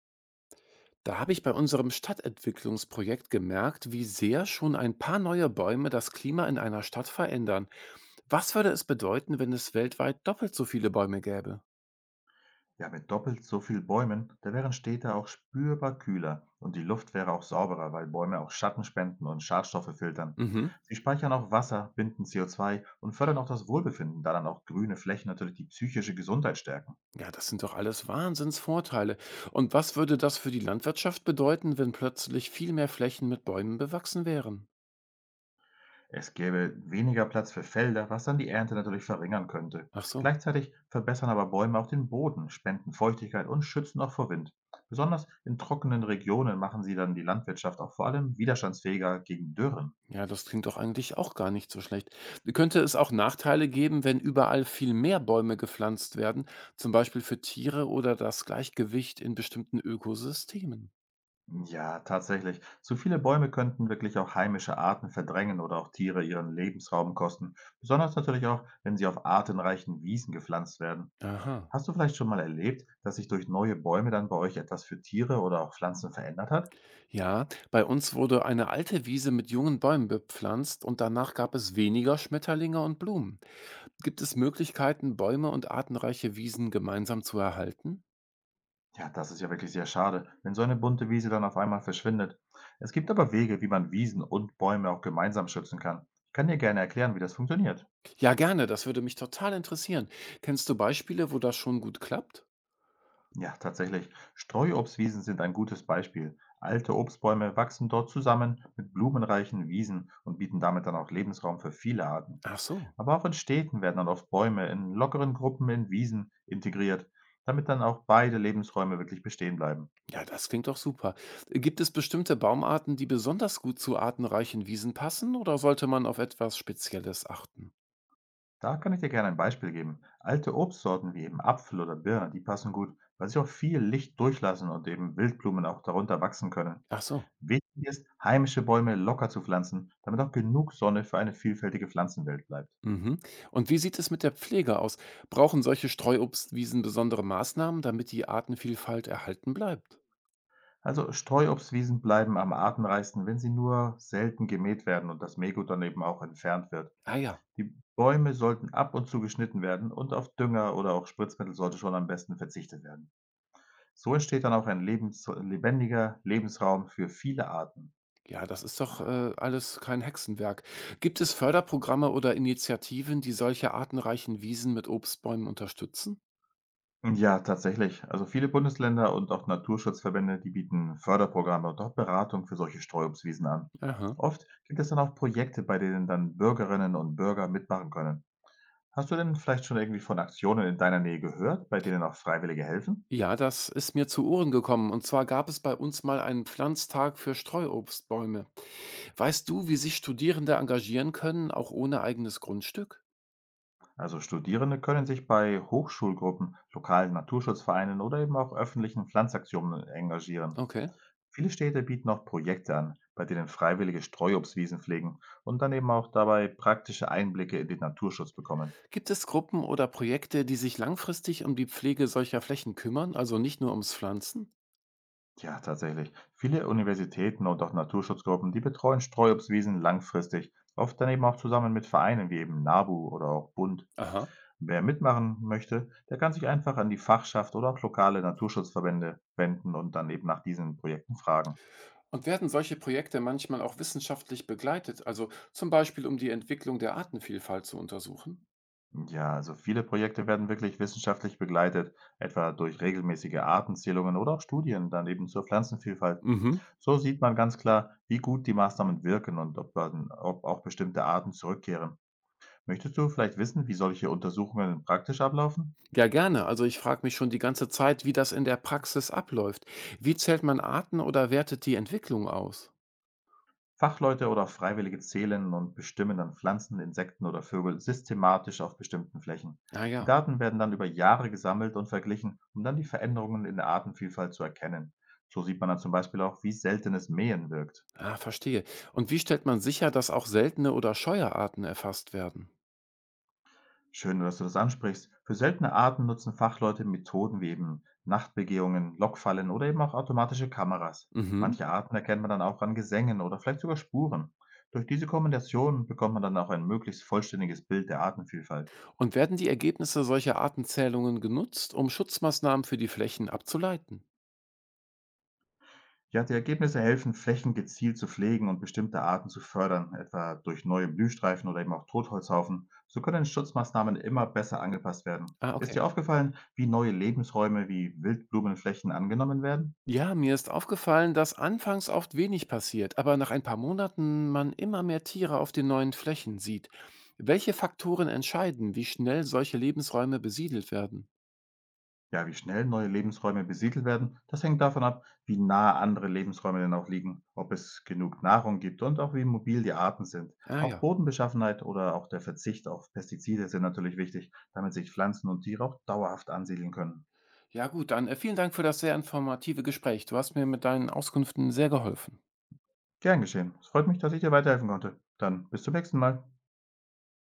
Da habe ich bei unserem Stadtentwicklungsprojekt gemerkt, wie sehr schon ein paar neue Bäume das Klima in einer Stadt verändern. Was würde es bedeuten, wenn es weltweit doppelt so viele Bäume gäbe? Ja, mit doppelt so viel Bäumen, da wären Städte auch spürbar kühler und die Luft wäre auch sauberer, weil Bäume auch Schatten spenden und Schadstoffe filtern. Mhm. Sie speichern auch Wasser, binden CO2 und fördern auch das Wohlbefinden, da dann auch grüne Flächen natürlich die psychische Gesundheit stärken. Ja, das sind doch alles Wahnsinnsvorteile. Und was würde das für die Landwirtschaft bedeuten, wenn plötzlich viel mehr Flächen mit Bäumen bewachsen wären? Es gäbe weniger Platz für Felder, was dann die Ernte natürlich verringern könnte. Ach so. Gleichzeitig verbessern aber Bäume auch den Boden, spenden Feuchtigkeit und schützen auch vor Wind. Besonders in trockenen Regionen machen sie dann die Landwirtschaft auch vor allem widerstandsfähiger gegen Dürren. Ja, das klingt doch eigentlich auch gar nicht so schlecht. Könnte es auch Nachteile geben, wenn überall viel mehr Bäume gepflanzt werden, zum Beispiel für Tiere oder das Gleichgewicht in bestimmten Ökosystemen? Ja, tatsächlich. Zu viele Bäume könnten wirklich auch heimische Arten verdrängen oder auch Tiere ihren Lebensraum kosten. Besonders natürlich auch, wenn sie auf artenreichen Wiesen gepflanzt werden. Aha. Hast du vielleicht schon mal erlebt, dass sich durch neue Bäume dann bei euch etwas für Tiere oder auch Pflanzen verändert hat? Ja, bei uns wurde eine alte Wiese mit jungen Bäumen bepflanzt und danach gab es weniger Schmetterlinge und Blumen. Gibt es Möglichkeiten, Bäume und artenreiche Wiesen gemeinsam zu erhalten? Ja, das ist ja wirklich sehr schade, wenn so eine bunte Wiese dann auf einmal verschwindet. Es gibt aber Wege, wie man Wiesen und Bäume auch gemeinsam schützen kann. Ich kann dir gerne erklären, wie das funktioniert. Ja, gerne, das würde mich total interessieren. Kennst du Beispiele, wo das schon gut klappt? Ja, tatsächlich. Streuobstwiesen sind ein gutes Beispiel. Alte Obstbäume wachsen dort zusammen mit blumenreichen Wiesen und bieten damit dann auch Lebensraum für viele Arten. Ach so. Aber auch in Städten werden dann oft Bäume in lockeren Gruppen in Wiesen integriert, damit dann auch beide Lebensräume wirklich bestehen bleiben. Ja, das klingt doch super. Gibt es bestimmte Baumarten, die besonders gut zu artenreichen Wiesen passen oder sollte man auf etwas Spezielles achten? Da kann ich dir gerne ein Beispiel geben. Alte Obstsorten wie eben Apfel oder Birne, die passen gut, weil sie auch viel Licht durchlassen und eben Wildblumen auch darunter wachsen können. Ach so. Wichtig ist, heimische Bäume locker zu pflanzen, damit auch genug Sonne für eine vielfältige Pflanzenwelt bleibt. Mhm. Und wie sieht es mit der Pflege aus? Brauchen solche Streuobstwiesen besondere Maßnahmen, damit die Artenvielfalt erhalten bleibt? Also Streuobstwiesen bleiben am artenreichsten, wenn sie nur selten gemäht werden und das Mähgut dann eben auch entfernt wird. Ah ja. Die Bäume sollten ab und zu geschnitten werden und auf Dünger oder auch Spritzmittel sollte schon am besten verzichtet werden. So entsteht dann auch ein lebens lebendiger Lebensraum für viele Arten. Ja, das ist doch alles kein Hexenwerk. Gibt es Förderprogramme oder Initiativen, die solche artenreichen Wiesen mit Obstbäumen unterstützen? Ja, tatsächlich. Also viele Bundesländer und auch Naturschutzverbände, die bieten Förderprogramme und auch Beratung für solche Streuobstwiesen an. Aha. Oft gibt es dann auch Projekte, bei denen dann Bürgerinnen und Bürger mitmachen können. Hast du denn vielleicht schon irgendwie von Aktionen in deiner Nähe gehört, bei denen auch Freiwillige helfen? Ja, das ist mir zu Ohren gekommen. Und zwar gab es bei uns mal einen Pflanztag für Streuobstbäume. Weißt du, wie sich Studierende engagieren können, auch ohne eigenes Grundstück? Also Studierende können sich bei Hochschulgruppen, lokalen Naturschutzvereinen oder eben auch öffentlichen Pflanzaktionen engagieren. Okay. Viele Städte bieten auch Projekte an, bei denen Freiwillige Streuobstwiesen pflegen und dann eben auch dabei praktische Einblicke in den Naturschutz bekommen. Gibt es Gruppen oder Projekte, die sich langfristig um die Pflege solcher Flächen kümmern, also nicht nur ums Pflanzen? Ja, tatsächlich. Viele Universitäten und auch Naturschutzgruppen, die betreuen Streuobstwiesen langfristig, oft dann eben auch zusammen mit Vereinen wie eben NABU oder auch Bund. Aha. Wer mitmachen möchte, der kann sich einfach an die Fachschaft oder auch lokale Naturschutzverbände wenden und dann eben nach diesen Projekten fragen. Und werden solche Projekte manchmal auch wissenschaftlich begleitet, also zum Beispiel um die Entwicklung der Artenvielfalt zu untersuchen? Ja, also viele Projekte werden wirklich wissenschaftlich begleitet, etwa durch regelmäßige Artenzählungen oder auch Studien daneben zur Pflanzenvielfalt. Mhm. So sieht man ganz klar, wie gut die Maßnahmen wirken und ob auch bestimmte Arten zurückkehren. Möchtest du vielleicht wissen, wie solche Untersuchungen praktisch ablaufen? Ja, gerne. Also ich frage mich schon die ganze Zeit, wie das in der Praxis abläuft. Wie zählt man Arten oder wertet die Entwicklung aus? Fachleute oder Freiwillige zählen und bestimmen dann Pflanzen, Insekten oder Vögel systematisch auf bestimmten Flächen. Ah Die ja, Daten werden dann über Jahre gesammelt und verglichen, um dann die Veränderungen in der Artenvielfalt zu erkennen. So sieht man dann zum Beispiel auch, wie seltenes Mähen wirkt. ah, verstehe. Und wie stellt man sicher, dass auch seltene oder scheue Arten erfasst werden? Schön, dass du das ansprichst. Für seltene Arten nutzen Fachleute Methoden wie eben Nachtbegehungen, Lockfallen oder eben auch automatische Kameras. Mhm. Manche Arten erkennt man dann auch an Gesängen oder vielleicht sogar Spuren. Durch diese Kombination bekommt man dann auch ein möglichst vollständiges Bild der Artenvielfalt. Und werden die Ergebnisse solcher Artenzählungen genutzt, um Schutzmaßnahmen für die Flächen abzuleiten? Ja, die Ergebnisse helfen, Flächen gezielt zu pflegen und bestimmte Arten zu fördern, etwa durch neue Blühstreifen oder eben auch Totholzhaufen. So können Schutzmaßnahmen immer besser angepasst werden. Ah, Ist okay. dir aufgefallen, wie neue Lebensräume wie Wildblumenflächen angenommen werden? Ja, mir ist aufgefallen, dass anfangs oft wenig passiert, aber nach ein paar Monaten man immer mehr Tiere auf den neuen Flächen sieht. Welche Faktoren entscheiden, wie schnell solche Lebensräume besiedelt werden? Ja, wie schnell neue Lebensräume besiedelt werden, das hängt davon ab, wie nah andere Lebensräume denn auch liegen, ob es genug Nahrung gibt und auch wie mobil die Arten sind. Ah Auch ja. Bodenbeschaffenheit oder auch der Verzicht auf Pestizide sind natürlich wichtig, damit sich Pflanzen und Tiere auch dauerhaft ansiedeln können. Ja gut, dann vielen Dank für das sehr informative Gespräch. Du hast mir mit deinen Auskünften sehr geholfen. Gern geschehen. Es freut mich, dass ich dir weiterhelfen konnte. Dann bis zum nächsten Mal.